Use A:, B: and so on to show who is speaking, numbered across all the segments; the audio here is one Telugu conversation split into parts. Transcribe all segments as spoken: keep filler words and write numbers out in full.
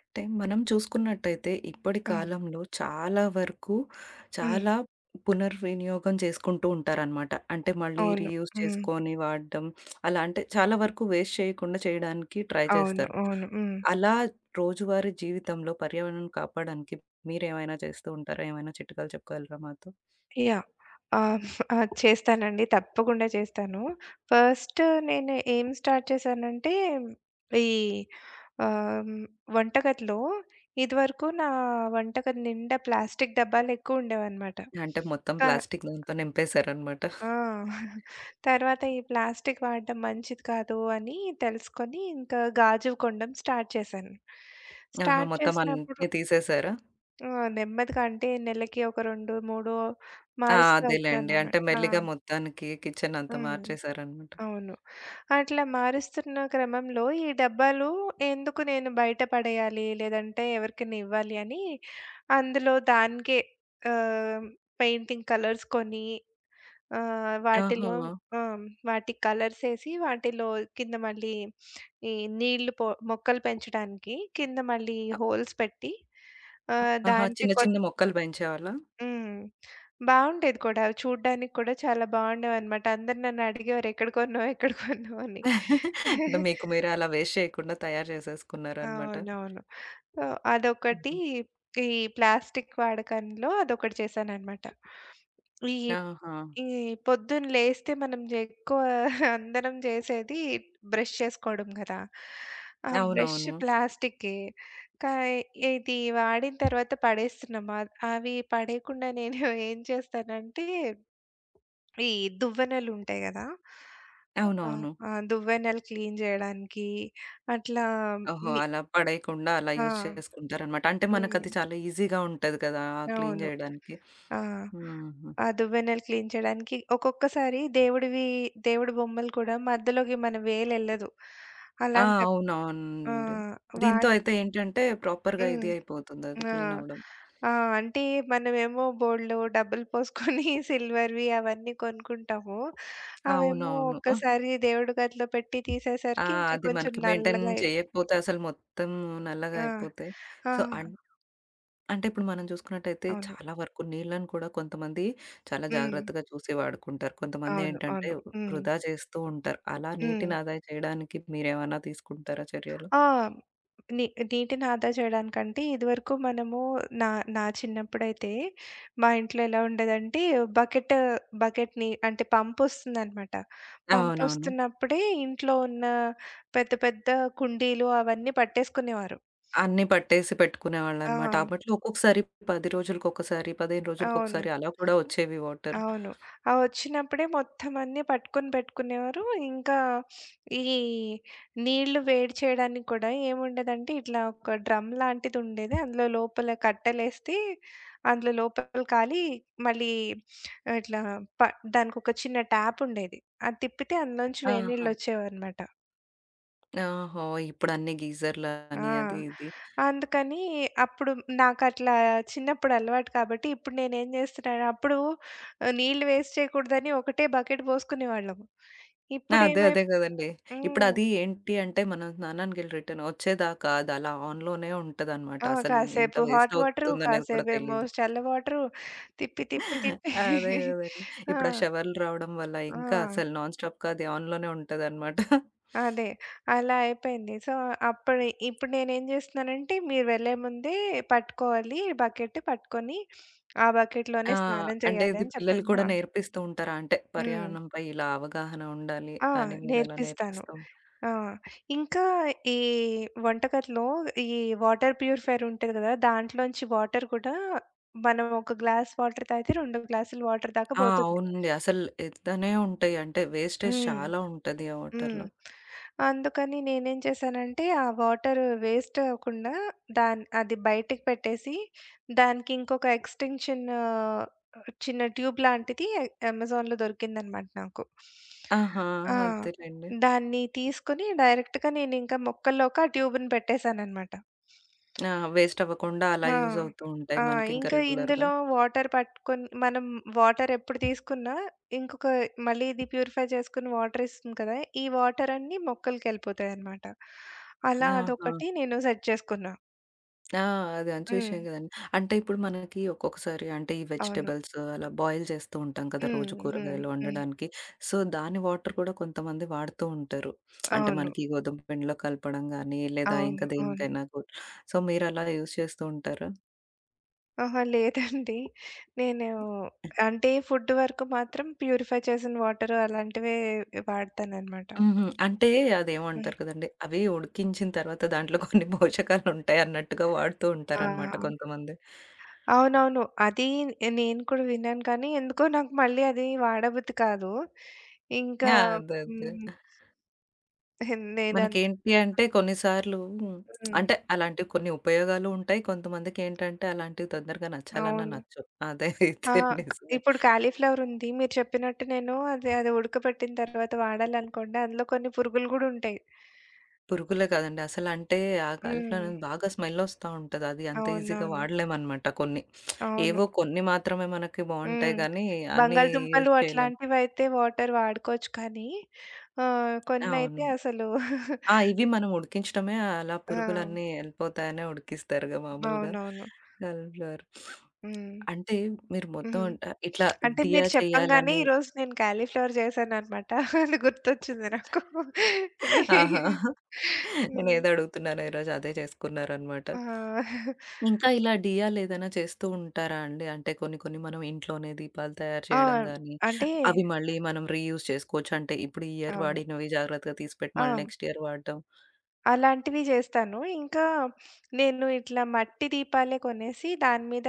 A: అంటే మనం చూసుకున్నట్టయితే ఇప్పటి
B: ఆ!
A: కాలంలో చాలా వరకు
B: హ్మ్.
A: చాలా పునర్వినియోగం చేసుకుంటూ ఉంటారనమాట. అంటే మళ్ళీ
B: అవును.
A: రీయూజ్
B: హ్మ్.
A: చేసుకొని వాడడం అలా అంటే చాలా వరకు వేస్ట్ చేయకుండా చేయడానికి ట్రై
B: అవును.
A: చేస్తారు.
B: అవును. హ్మ్.
A: అలా రోజువారీ జీవితంలో పర్యావరణం కాపాడడానికి మీరేమైనా చేస్తూ ఉంటారా? ఏమైనా చిట్కాలు చెప్పగలరా మాతో?
B: యాహ్! ఆహ్, ఆ! చేస్తానండి. తప్పకుండా చేస్తాను. ఫస్ట్ నేను ఏం స్టార్ట్ చేశానంటే, ఈ ఆహ్, వంటగదిలో ఇదివరకు నా వంటగది నిండా ప్లాస్టిక్ డబ్బాలు ఎక్కువ ఉండేవన్నమాట.
A: అంటే మొత్తం
B: క
A: ప్లాస్టిక్ దాంతో నింపేశారనమాట.
B: ఆ! తర్వాత ఈ ప్లాస్టిక్ వాడడం మంచిది కాదు అని తెలుసుకొని, ఇంకా గాజువి కొనడం స్టార్ట్ చేశాను.
A: ఆహా!
B: స్టార్ట్
A: మొత్తం
B: చేసినప్పుడు
A: అన్నీ తీసేసారా?
B: ఆ! నెమ్మదిగా అంటే నెలకి ఒక రెండు, మూడు
A: ఆ!
B: మారుస్తా
A: అదేలెండి.
B: వచ్చాననమాట.
A: అంటే
B: ఆ!
A: మెల్లిగా మొత్తానికి కిచెన్ అంతా
B: హ్మ్.
A: మార్చేసారనమాట.
B: అవును. అట్లా మారుస్తున్న క్రమంలో ఈ డబ్బాలు ఎందుకు నేను బయట పడేయాలి? లేదంటే ఎవరికైనా ఇవ్వాలి అని అందులో దానికే ఆహ్, పెయింటింగ్ కలర్స్ కొని ఆహ్,
A: ఆహా!
B: వాటిలో ఆ! వాటికి కలర్స్ ఏసి వాటిలో కింద మళ్ళీ ఈ నీళ్లు పో మొక్కలు పెంచడానికి కింద మళ్ళీ హోల్స్ పెట్టి ఆహ్,
A: ఆహా!
B: దానికి
A: చిన్న
B: కొ
A: చిన్న మొక్కలు పెంచేవాళ్ళా?
B: హ్మ్. బావుండేది కూడా. చూడ్డానికి కూడా చాలా బావుండేవనమాట. అందరూ నన్నడిగేవారు ఎక్కడ కొన్నావు? ఎక్కడ కొన్నావు? అని.
A: అంటే మీకు మీరే అలా వేస్ట్ చేయకుండా తయారు చేసేసుకున్నారనమాట.
B: అవునవును. సో, అదొకటి.
A: హుహు.
B: ఈ ప్లాస్టిక్ వాడకంలో అదొకటి చేశాననమాట. ఈ
A: ఆహా!
B: ఈ పొద్దున లేస్తే మనం జె ఎక్కువ అందరం జేసేది బ్రష్ చేసుకోవడం గదా! ఆ బ్రష్
A: అవునవును.
B: ప్లాస్టిక్కే. కా ఇది వాడిన తర్వాత పడేస్తున్నాం. అద్ అవి పడేయకుండా నేను ఏం చేస్తానంటే ఈ దువ్వెనలుంటాయి గదా! ఆ!
A: అవునవును.
B: ఆ! దువ్వెనలు క్లీన్ జేయడానికి అట్లా
A: ఓహో!
B: మి
A: అలా పడేయకుండా అలా
B: ఆ!
A: యూజ్ చేసుకుంటారనమాట. అంటే
B: హ్మ్.
A: మనకది చాలా ఈజీగా ఉంటది కదా! క్లీన్
B: అవును.
A: చేయడానికి.
B: ఆ!
A: హుహు.
B: ఆ దువ్వెనలు క్లీన్ చేయడానికి ఒక్కొక్కసారి దేవుడివి దేవుడి బొమ్మలు కూడా మధ్యలోకి మన వేలెళ్ళదు.
A: ఆ!
B: అలాంటప్ ఆ!
A: అవునవునండి. దీంతో
B: వాట్
A: అయితే ఏంటంటే ప్రాపర్‌గా
B: హ్మ్.
A: ఇది అయిపోతుందది
B: ఆ!
A: క్లీన్ అవ్వడం.
B: ఆ! అంటే మనమేమో బోలెడు డబ్బులు పోసుకొని సిల్వర్‌వి అవన్నీ కొనుక్కుంటాము. అవేమో
A: అవునవును.
B: ఒక్కసారి దేవుడి గదిలో పెట్టి
A: ఆ!
B: తీసేసరికి ఇంకా
A: అది
B: కొంచెం
A: మనకి మెయింటైన్
B: నల్లగా అయి
A: చేయకపోతే అసలు మొత్తం నల్లగా
B: ఆ!
A: అయిపోతాయి.
B: ఆ!
A: సో అన్ అంటే ఇప్పుడు మనం చూసుకున్నట్టయితే
B: అవును.
A: చాలా వరకు నీళ్ళను కూడా కొంతమంది చాలా
B: హ్మ్.
A: జాగ్రత్తగా చూసి వాడుకుంటారు. కొంతమంది
B: అవును.
A: ఏంటంటే
B: అవును. హ్మ్.
A: వృధా చేస్తూ ఉంటారు. అలా
B: హ్మ్.
A: నీటిని ఆదా చేయడానికి మీరేమన్నా తీసుకుంటారా చర్యలు?
B: ఆ! నీ నీటిని ఆదా చేయడానికంటే ఇదివరకు మనము నా నా చిన్నప్పుడైతే మా ఇంట్లో ఎలా ఉండేదంటే బకెట్ బకెట్‌ని అంటే పంప్ వస్తుందనమాట. పంప్
A: అవునవును.
B: వస్తున్నప్పుడే ఇంట్లో ఉన్న పెద్ద పెద్ద కుండీలు అవన్నీ పట్టేసుకునేవారు.
A: అన్నీ పట్టేసి
B: ఆ!
A: పెట్టుకునేవాళ్ళనమాట. అప్పట్లో ఒక్కొక్కసారి పది రోజులకొకసారి, పదిహేను
B: అవును.
A: రోజులకొకసారి అలా కూడా వచ్చేవి వాటర్.
B: అవును. ఆ వచ్చినప్పుడే మొత్తం అన్నీ పట్టుకొని పెట్టుకునేవారు. ఇంకా ఈ నీళ్లు వేడి చేయడానికి కూడా ఏముండేదంటే ఇట్లా ఒక డ్రమ్ లాంటిదుండేది. అందులో లోపల కట్టెలేసి అందులో లోపల కాలి మళ్ళీ ఇట్లా ప దానికొక చిన్న ట్యాప్ ఉండేది. అది తిప్పితే అందులోంచి వేడి
A: ఆహా!
B: నీళ్లొచ్చేవన్నమాట.
A: ఓహో! ఇప్పుడు అన్ని గీజర్‌లని అది
B: ఆ!
A: ఇది
B: అందుకని అప్పుడు నాకట్లా చిన్నప్పుడు అలవాటు కాబట్టి, ఇప్పుడు నేనేం జేస్తున్నాను అప్పుడు ఆహ్, నీళ్ళు వేస్ట్ చేయకూడదని ఒకటే బకెట్ పోసుకునేవాళ్ళము.
A: ఆ! అదే.
B: ఇప్పుడేమై
A: అదే గదండీ.
B: హ్మ్.
A: ఇప్పుడది ఏంటి అంటే, మనం స్నానానికెళ్ళి రిటర్న్ వచ్చేదాకా అదలా ఆన్‌లోనే ఉంటదనమాట.
B: ఆ!
A: అసలు ఇన్ ఇంత
B: కాసేపు
A: వేస్ట్
B: హాట్ వాటరు,
A: అవుతుందనేది కూడా
B: కాసేపేమో
A: తెలీదు.
B: చల్ల వాటరు తిప్పి, తిప్పి, తిప్పి
A: అదే గదండీ.
B: ఆ!
A: ఇప్పుడు ఆ షవర్లు రావడం వల్ల ఇంకా
B: ఆ!
A: అసలు నాన్ స్టాప్‌గా అది ఆన్‌లోనే ఉంటదనమాట.
B: అదే. అలా అయిపోయింది. సో, అప్పుడు ఇప్పుడు నేనేం జేస్తున్నానంటే, మీరు వెళ్ళే ముందే పట్టుకోవాలి బకెట్ పట్టుకొని, ఆ
A: ఆ!
B: బకెట్‌లోనే స్నానం
A: అంటే
B: చేయాలి
A: ఇది
B: అని
A: పిల్లలు
B: చెప్పాను.
A: కూడా
B: ఆ!
A: నేర్పిస్తూ ఉంటారా? అంటే
B: హ్మ్.
A: పర్యావరణంపై ఇలా అవగాహన ఉండాలి
B: ఆ!
A: అని మీరలా
B: నేర్పిస్తాను.
A: నేర్పిస్తూ ఉం
B: ఆ! ఇంకా ఈ వంటగదిలో ఈ వాటర్ ప్యూరిఫైయర్ ఉంటది గదా! దాంట్లోంచి వాటర్ కూడా మనం ఒక గ్లాస్ వాటర్ తాగితే రెండు గ్లాసులు వాటర్ దాకా
A: ఆ!
B: పోతుంది.
A: అవునండి. అసలు ఎత్తనే ఉంటాయి. అంటే వేస్టేజ్
B: హ్మ్.
A: చాలా ఉంటది ఆ
B: హ్మ్.
A: వాటర్‌లో.
B: అందుకని నేనేం చేశానంటే, ఆ వాటర్ వేస్ట్ అవ్వకుండా దాన్ అది బయటికి పెట్టేసి, దానికి ఇంకొక ఎక్స్‌టెన్షన్ ఆహ్, చిన్న ట్యూబ్ లాంటిది అమెజాన్‌లో దొరికిందనమాట నాకు.
A: ఆహా!
B: ఆ!
A: అదేలెండి.
B: దాన్ని తీసుకొని డైరెక్ట్‌గా నేనింకా మొక్కల్లోకి ఆ ట్యూబ్‌ని పెట్టేసాననమాట.
A: ఆ! వేస్ట్ అవ్వకుండా అలా
B: ఆ!
A: యూజ్ అవుతూ ఉంటాయి
B: ఆ!
A: మనకింకా
B: ఇంకా
A: రెగ్యులర్‌గా.
B: ఇందులో వాటర్ పట్టుకొని మనం వాటర్ ఎప్పుడు తీసుకున్నా ఇంకొక మళ్ళీ ఇది ప్యూరిఫై చేసుకుని వాటర్ ఇస్తుంది కదా! ఈ వాటర్ అన్నీ మొక్కలకెళ్ళిపోతాయన్నమాట. అలా
A: ఆహా!
B: అదొకటి నేను సెట్ చేసుకున్నా.
A: ఆ! అది మంచి
B: హ్మ్.
A: విషయం కదండీ. అంటే ఇప్పుడు మనకి ఒక్కొక్కసారి అంటే ఈ
B: అవును.
A: వెజిటబుల్స్ అలా బాయిల్ చేస్తూ ఉంటాం కదా!
B: హ్మ్.
A: రోజు
B: హ్మ్.
A: కూరగాయలు
B: హ్మ్.
A: వండడానికి. సో, దాని వాటర్ కూడా కొంతమంది వాడుతూ ఉంటారు. అంటే
B: అవును.
A: మనకి గోధుమ పిండిలో కలపడం గానీ, లేదా
B: అవును.
A: ఇంకా
B: అవును.
A: దేనికైనా కూడా. సో, మీరలా యూజ్ చేస్తూ ఉంటారా?
B: ఆహా! లేదండి. నేను అంటే ఫుడ్ వరకు మాత్రం ప్యూరిఫై చేసిన వాటర్ అలాంటివే వాడతానన్నమాట.
A: హుహు. అంటే
B: హ్మ్.
A: అదేమంటారు కదండీ! అవి ఉడికించిన తర్వాత దాంట్లో కొన్ని పోషకాలుంటాయి అన్నట్టుగా వాడుతూ
B: ఆ!
A: ఉంటారనమాట కొంతమంది.
B: అవునవును. అది నేను కూడా విన్నాను కానీ, ఎందుకో నాకు మళ్ళీ అది వాడబుద్ధి కాదు. ఇంకా
A: ఆ! అదే. అదే.
B: హ్మ్. నేనంత
A: మనకేంటి అంటే కొన్నిసార్లు
B: హ్మ్.
A: అంటే అలాంటివి కొన్ని ఉపయోగాలు ఉంటాయి. కొంతమందికేంటంటే అలాంటివి తొందరగా నచ్చాలన్నా
B: అవును.
A: నచ్చవు.
B: ఆ!
A: అదైతే నిజమే.
B: ఇప్పుడు కాలీఫ్లవర్ ఉంది. మీరు చెప్పినట్టు నేను అది అది ఉడకబెట్టిన తర్వాత వాడాలనుకోండి, అందులో కొన్ని పురుగులు గూడా ఉంటాయి.
A: పురుగులే కాదండి అసలంటే ఆ
B: హ్మ్.
A: కాలిఫ్లవర్ బాగా స్మెల్లొస్తా ఉంటది. అది అంత ఈజీగా
B: అవునవును.
A: వాడలేమనమాట కొన్ని.
B: అవును.
A: ఏవో కొన్ని మాత్రమే మనకి బావుంటాయి
B: హ్మ్.
A: గానీ అన్నీ
B: బంగాళదుంపలు
A: యూజ్ చేయలేం.
B: అట్లాంటివైతే వాటర్ వాడుకోవచ్చు కానీ, ఆహ్, కొన్నైతే
A: అవును.
B: అసలు
A: ఆ! ఇవి మనం ఉడికించడమే అలా
B: ఆ!
A: పురుగులన్నీ ఎళ్ళిపోతాయనే ఉడికిస్తారుగా మామూలుగా
B: అవునవును.
A: కాలీఫ్లవర్.
B: హ్మ్.
A: అంటే మీరు మొత్తం
B: హ్మ్.
A: ఆహ్, ఇట్లా
B: అంటే
A: దియా
B: మీరు చెప్పంగానే
A: చేయాలని
B: ఈరోజు నేను కాలీఫ్లవర్ చేశాననమాట. అది గుర్తొచ్చింది నాకు. నే
A: ఆహా!
B: హ్మ్.
A: నేనేదో అడుగుతున్నానో ఈరోజు అదే చేసుకున్నారనమాట.
B: ఆ!
A: ఇంకా ఇలా డియాలేదైనా చేస్తూ ఉంటారా అండి? అంటే కొన్ని కొన్ని మనం ఇంట్లోనే దీపాలు తయారు
B: ఆ!
A: చేయడం గానీ,
B: అంటే
A: అవి మళ్ళీ మనం రీయూజ్ చేసుకోవచ్చు. అంటే ఇప్పుడు ఈ ఇయర్
B: అవును.
A: వాడినవి జాగ్రత్తగా తీసిపెట్టి
B: ఆ!
A: మళ్ళీ నెక్స్ట్ ఇయర్ వాడడం.
B: అలాంటివి జేస్తాను. ఇంకా నేను ఇట్లా మట్టి దీపాలే కొనేసి దాని మీద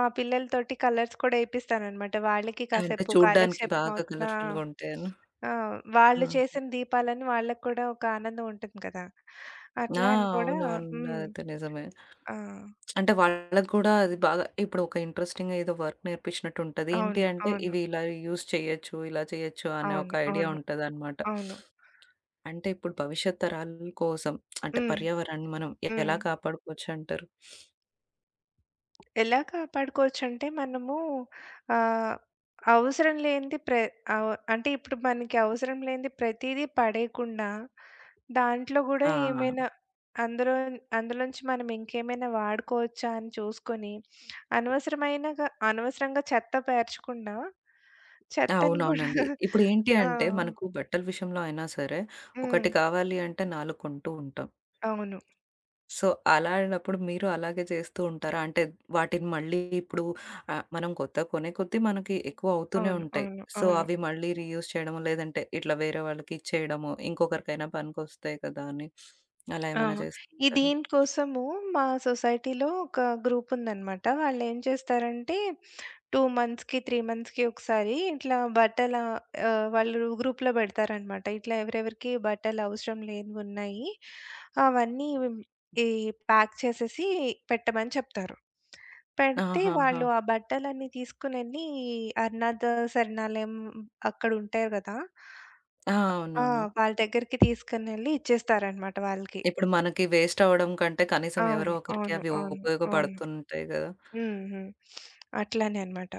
B: మా పిల్లలతోటి కలర్స్ కూడా ఏపిస్తాననమాట. వాళ్ళకి
A: అంటే
B: కాసేపు
A: చూడ్డానికి
B: కాలక్షేపం
A: బాగా
B: అవుతున్నా
A: కలర్‌ఫుల్‌గా ఉంటాయను.
B: ఆ! వాళ్ళు
A: హ్మ్.
B: చేసిన దీపాలని వాళ్ళకి కూడా ఒక ఆనందం ఉంటుంది కదా!
A: ఆ!
B: అట్లా అని కూడా
A: అవునవును.
B: హ్మ్.
A: అదైతే నిజమే.
B: ఆ!
A: అంటే వాళ్ళకి గూడా అది బాగా ఇప్పుడు ఒక ఇంట్రెస్టింగ్ ఏదో వర్క్ నేర్పించినట్టు ఉంటది. ఏంటి
B: అవును.
A: అంటే
B: అవును.
A: ఇవి ఇలా యూజ్ చేయొచ్చు, ఇలా చేయొచ్చు అనే
B: అవును.
A: ఒక ఐడియా
B: అవును.
A: ఉంటదనమాట.
B: అవును.
A: అంటే ఇప్పుడు భవిష్యత్ తరాల కోసం అంటే
B: హ్మ్.
A: పర్యావరణాన్ని మనం
B: హ్మ్.
A: ఎలా కాపాడుకోవచ్చంటారు?
B: ఎలా కాపాడుకోవచ్చంటే మనము ఆహ్, అవసరం లేనిది ప్ర అవ అంటే ఇప్పుడు మనకి అవసరం లేనిది ప్రతీదీ పడేయకుండా, దాంట్లో గూడా
A: ఆ!
B: ఏమైనా అందులో అందులోంచి మనం ఇంకేమైనా వాడుకోవచ్చా అని చూసుకొని, అనవసరమైనగా అనవసరంగా చెత్త పేర్చకుండా, చెత్తను గూడా
A: అవునవునండి. ఇప్పుడు ఏంటి
B: ఆ!
A: అంటే మనకు బట్టల విషయంలో అయినా సరే,
B: హ్మ్.
A: ఒకటి కావాలి అంటే నాలుగు కొంటూ ఉంటాం.
B: అవును.
A: సో, అలాంటప్పుడు మీరు అలాగే చేస్తూ ఉంటారా? అంటే వాటిని మళ్ళీ ఇప్పుడు ఆహ్, మనం కొత్తవి కొనే కొద్దీ మనకి ఎక్కువ అవుతూనే
B: అవును.
A: ఉంటాయి.
B: అవును.
A: సో,
B: అవును.
A: అవి మళ్ళీ రీయూజ్ చేయడమో, లేదంటే ఇట్లా వేరే వాళ్ళకి ఇచ్చేయడమో, ఇంకొకరికైనా పనికొస్తాయి కదా! అని అలా
B: ఆ!
A: ఏమైనా చేస్తూ
B: ఈ
A: ఉంటారా?
B: దీనికోసము మా సొసైటీలో ఒక గ్రూప్ ఉందనమాట. వాళ్ళేం చేస్తారంటే రెండు మంత్స్‌కి, మూడు మంత్స్‌కి ఒకసారి ఇట్లా బట్టల ఆహ్, వాళ్ళు గ్రూప్‌లో పెడతారనమాట. ఇట్లా ఎవరెవరికి బట్టలు అవసరం లేనివున్నాయి. అవన్నీ ఈ ప్యాక్ చేసేసి పెట్టమని చెప్తారు. పెడితే
A: ఆహాహా!
B: వాళ్ళు ఆ బట్టలన్నీ తీసుకొనెళ్ళి అన్నాథ శరణాలయం అక్కడుంటారు గదా!
A: ఆ!
B: ఆ!
A: అవునవును.
B: వాళ్ళ దగ్గరికి తీసుకొనెళ్ళి ఇచ్చేస్తారనమాట వాళ్ళకి.
A: ఇప్పుడు మనకి వేస్ట్ అవ్వడం కంటే కనీసం
B: అవును.
A: ఎవరో ఒకరికి
B: అవును.
A: అవి
B: అవును. అవును.
A: ఉపయోగపడుతుంటాయి గదా!
B: హ్మ్. హ్మ్. అట్లానే అన్నమాట.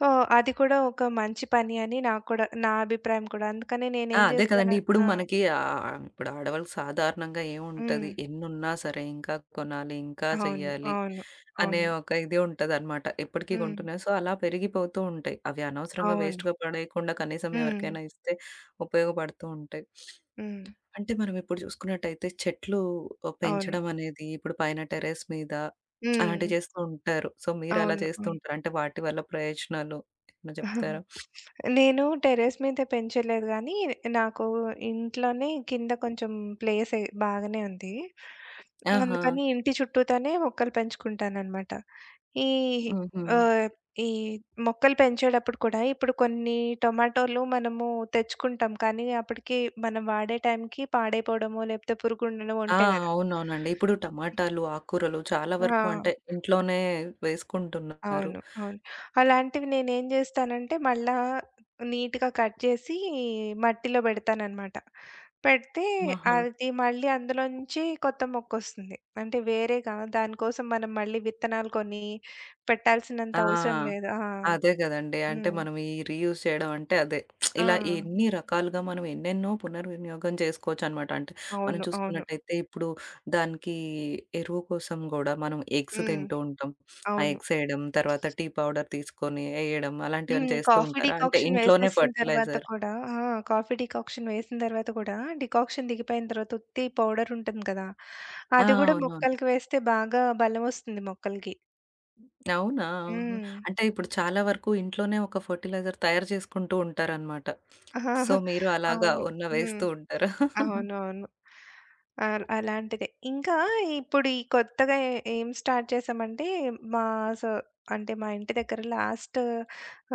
B: సో, అది కూడా ఒక మంచి పని అని నాకు కూడా నా అభిప్రాయం కూడా. అందుకనే
A: ఆ!
B: నేనేం
A: అదే
B: చేస్తాను
A: కదండీ. ఇప్పుడు
B: ఆ!
A: మనకి ఆహ్, ఇప్పుడు ఆడవాళ్ళకి సాధారణంగా
B: హ్మ్.
A: ఏముంటది? ఎన్నున్నా సరే ఇంకా కొనాలి, ఇంకా
B: అవును.
A: చెయ్యాలి
B: అవును.
A: అనే
B: అవును.
A: ఒక ఇది ఉంటదనమాట. ఎప్పటికి
B: హ్మ్.
A: కొంటున్నాయి. సో, అలా పెరిగిపోతూ ఉంటాయి. అవి అనవసరంగా
B: అవును.
A: వేస్ట్‌గా పడేయకుండా కనీసం
B: హ్మ్.
A: ఎవరికైనా ఇస్తే ఉపయోగపడుతూ ఉంటాయి.
B: హ్మ్.
A: అంటే మనం ఇప్పుడు చూసుకున్నట్టయితే చెట్లు ఆహ్,
B: అవును.
A: పెంచడం అనేది ఇప్పుడు పైన టెర్రస్ మీద
B: హ్మ్.
A: అలాంటివి చేస్తూ ఉంటారు. సో, మీరు అలా
B: అవును.
A: చేస్తూ
B: అవును.
A: ఉంటారా? అంటే వాటి వల్ల ప్రయోజనాలు ఏమైనా చెప్తారా?
B: నేను టెర్రస్ మీద పెంచలేదు గానీ, నాకు ఇంట్లోనే కింద కొంచెం ప్లేస్ ఎ బాగానే ఉంది.
A: ఆహా!
B: అందుకని ఇంటి చుట్టూతానే మొక్కలు పెంచుకుంటాననమాట. ఈ
A: హుహు.
B: ఆహ్, ఈ మొక్కలు పెంచేటప్పుడు కూడా ఇప్పుడు కొన్ని టొమాటోలు మనము తెచ్చుకుంటాం. కానీ అప్పటికి మనం వాడే టైంకి పాడైపోవడమో, లేకపోతే పురుగు ఉండడమో
A: ఆ!
B: ఉంటాయి గదా!
A: అవునవునండి. ఇప్పుడు టమాటాలు, ఆకుకూరలు చాలా వరకు అంటే
B: ఆ!
A: ఇంట్లోనే వేసుకుంటున్నారు.
B: అవును. అవును. అలాంటివి నేనేం జేస్తానంటే, మళ్ళా నీట్‌గా కట్ చేసి మట్టిలో బెడతాననమాట. పెడితే
A: ఆహా!
B: అది మళ్ళీ అందులోంచి కొత్త మొక్కొస్తుంది. అంటే వేరేగా దానికోసం మనం మళ్ళీ విత్తనాలు కొని పెట్టాల్సినంత
A: ఆ!
B: అవసరం లేదు. ఆ!
A: అదే గదండీ. అంటే
B: హ్మ్.
A: మనం ఈ రీయూజ్ చేయడం అంటే అదే.
B: ఆ!
A: ఇలా ఎన్ని రకాలుగా మనం ఎన్నెన్నో పునర్వినియోగం చేసుకోవచ్చనమాట. అంటే మనం
B: అవును. అవును.
A: చూసుకున్నట్టయితే ఇప్పుడు దానికి ఎరువు కోసం గూడా మనం ఎగ్స్
B: హ్మ్.
A: తింటూ ఉంటాం. ఆ
B: అవును.
A: ఎగ్స్ ఎయడం, తర్వాత టీ పౌడర్ తీసుకొని ఎయడం అలాంటివన్నీ
B: హ్మ్.
A: చేస్తూ
B: కాఫీ
A: ఉంటారా? అంటే
B: డికాక్షన్
A: ఇంట్లోనే
B: వేసేసిన తర్వాత
A: ఫర్టిలైజర్
B: కూడా ఆ! కాఫీ డికాక్షన్ వేసిన తర్వాత కూడా డికాక్షన్ దిగిపోయిన తర్వాత ఉత్తి పౌడర్ ఉంటుంది కదా!
A: ఆ!
B: అది కూడా
A: అవునవును.
B: మొక్కలకి వేస్తే బాగా బలమొస్తుంది మొక్కలకి.
A: అవునా? ఆహా!
B: హ్మ్.
A: అంటే ఇప్పుడు చాలా వరకు ఇంట్లోనే ఒక ఫర్టిలైజర్ తయారు చేసుకుంటూ ఉంటారనమాట. సో, మీరు అలాగా
B: అవును.
A: ఉన్న
B: హ్మ్.
A: వేస్తూ ఉంటారా?
B: అవునవును. ఆల్ అలాంటిదే. ఇంకా ఇప్పుడు ఈ కొత్తగా ఏ ఏం స్టార్ట్ చేశామంటే, మా సో అంటే మా ఇంటి దగ్గర లాస్ట్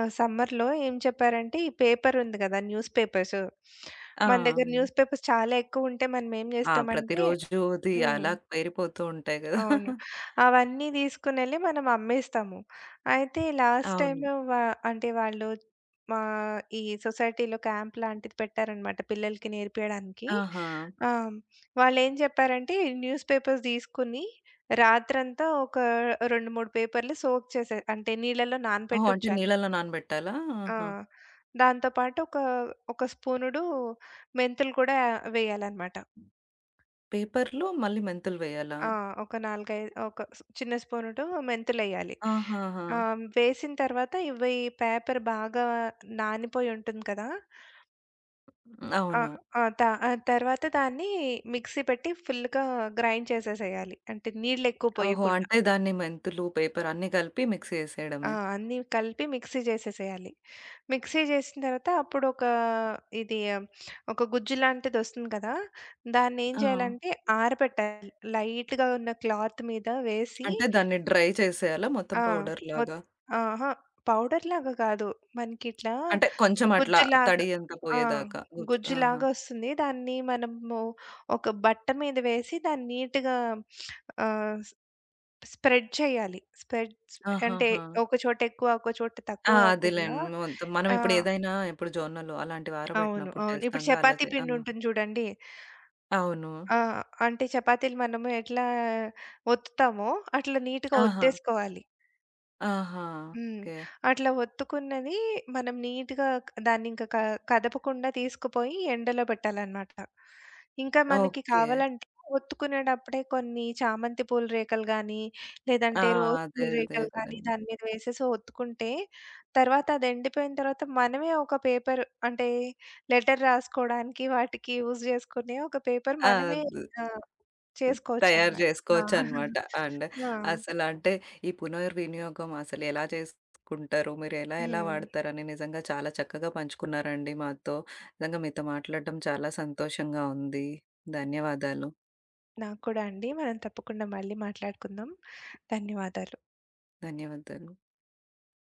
B: ఆహ్, సమ్మర్‌లో ఏం చెప్పారంటే, ఈ పేపర్ ఉంది గదా! News papers.
A: ఆ!
B: మన దగ్గర న్యూస్ పేపర్స్ చాలా ఎక్కువుంటే మనమేం
A: ఆ!
B: జేస్తామంటే
A: ప్రతిరోజూది
B: హ్మ్.
A: అలా పేరిపోతూ ఉంటాయి గదా!
B: అవును. అవన్నీ తీసుకొనెళ్ళి మనం అమ్మేస్తాము. అయితే లాస్ట్
A: అవును.
B: టైము వ అంటే వాళ్ళు మా ఈ సొసైటీలో క్యాంప్ లాంటిది పెట్టారనమాట పిల్లలకి నేర్పియడానికి.
A: ఆహా!
B: ఆ! వాళ్ళేం చెప్పారంటే ఈ న్యూస్ పేపర్స్ తీసుకొని రాత్రంతా ఒక రెండు, మూడు పేపర్లు సోక్ చేసే అంటే నీళ్ళలో
A: ఓహ్! అంటే
B: నానబెట్టుంచాలి.
A: నీళ్ళలో నానబెట్టాలా?
B: ఆ!
A: ఆహా!
B: దాంతో పాటు ఒక, ఒక స్పూనుడు మెంతులు కూడా వేయాలనమాట.
A: పేపర్‌లో మళ్ళీ మెంతులు వేయాలా?
B: ఆ! ఒక నాలుగు, ఐదు ఒక స్ చిన్న స్పూనుతో మెంతులెయ్యాలి.
A: ఆహాహా!
B: ఆహ్, వేసిన తర్వాత ఇవి పేపర్ బాగా నానిపోయి ఉంటుంది కదా! ఆ!
A: అవును.
B: ఆ! త ఆహ్, తర్వాత దాన్ని మిక్సీ పెట్టి ఫుల్‌గా గ్రైండ్ చేసేసేయాలి. అంటే నీళ్ళెక్కువ
A: ఓహో!
B: పోయకుండా.
A: అంటే దాన్ని మెంతులు, పేపర్ అన్నీ కలిపి మిక్స్
B: ఆ!
A: చేసేయడమే.
B: అన్నీ కలిపి మిక్సీ చేసేసేయాలి. మిక్సీ చేసిన తర్వాత అప్పుడు ఒక ఇది ఆ, ఒక గుజ్జు లాంటిదొస్తుంది కదా! దాన్నేం
A: ఆ!
B: చేయాలంటే ఆరబెట్టాలి. లైట్‌గా ఉన్న క్లాత్ మీద వేసి
A: అంటే దాన్ని డ్రై చేసేయాలా మొత్తం
B: ఆ!
A: పౌడర్
B: మొత్
A: లాగా?
B: అహా! పౌడర్‌లాగా కాదు. మనకిట్లా
A: అంటే కొంచెం అట్లా
B: గుజ్జులాగా
A: తడి అంతా
B: ఆ!
A: పోయేదాకా గూర్చు ఆహా!
B: గుజ్జులాగా వస్తుంది. దాన్ని మనము ఒక బట్ట మీద వేసి దాన్ని నీట్‌గా ఆహ్, స్ స్ప్రెడ్ చేయాలి. స్ప్రెడ్ అంటే
A: ఆహాహా!
B: ఒక చోట ఎక్కువ, ఒక చోట
A: ఆ!
B: తక్కువ కాకుండా
A: అదేలెండి. మొత్తం మనం
B: ఆ!
A: ఇప్పుడు ఏదైనా ఇప్పుడు జొన్నలు అలాంటివి
B: అవును.
A: ఆరబెట్టినప్పుడు
B: అవును. ఇప్పుడు
A: చేస్తాంగా అలా
B: చపాతీ
A: చే ఆ!
B: పిండి ఉంటుంది చూడండి.
A: అవును.
B: ఆ! అంటే చపాతీలు మనము ఎట్లా ఒత్తుతామో అట్లా నీట్‌గా
A: ఆహా!
B: ఒత్తేసుకోవాలి.
A: ఆహా!
B: హ్మ్.
A: ఓకే.
B: అట్లా ఒత్తుకున్నది మనం నీట్‌గా దాన్నింక క కదపకుండా తీసుకుపోయి ఎండలో పెట్టాలనమాట. ఇంకా మనకి
A: ఓకే.
B: కావాలంటే ఒత్తుకునేటప్పుడే కొన్ని చామంతి పూల రేకలు గానీ,
A: ఆ!
B: లేదంటే రోజ్
A: అదే
B: పూల
A: అదే
B: రేకలు గానీ
A: కదండీ.
B: దాని మీద వేసేసి ఒత్తుకుంటే, తర్వాత అది ఎండిపోయిన తర్వాత మనమే ఒక పేపర్ అంటే లెటర్ రాసుకోవడానికి వాటికి యూజ్ చేసుకునే ఒక పేపర్ మనమే
A: అద్
B: ఆహ్,
A: తయారు
B: చేసుకోవచ్చనమాట. ఆ!
A: జేసుకోవచ్చనమాట. అండ్
B: ఆ!
A: అసలంటే ఈ పునర్వినియోగం అసలెలా చేసుకుంటారు? మీరు ఎలా ఎలా
B: హ్మ్.
A: వాడతారని నిజంగా చాలా చక్కగా పంచుకున్నారండి మాతో. నిజంగా మీతో మాట్లాడడం చాలా సంతోషంగా ఉంది. ధన్యవాదాలు.
B: నాకు కూడా అండి. మనం తప్పకుండా మళ్ళీ మాట్లాడుకుందాం. ధన్యవాదాలు.
A: ధన్యవాదాలు.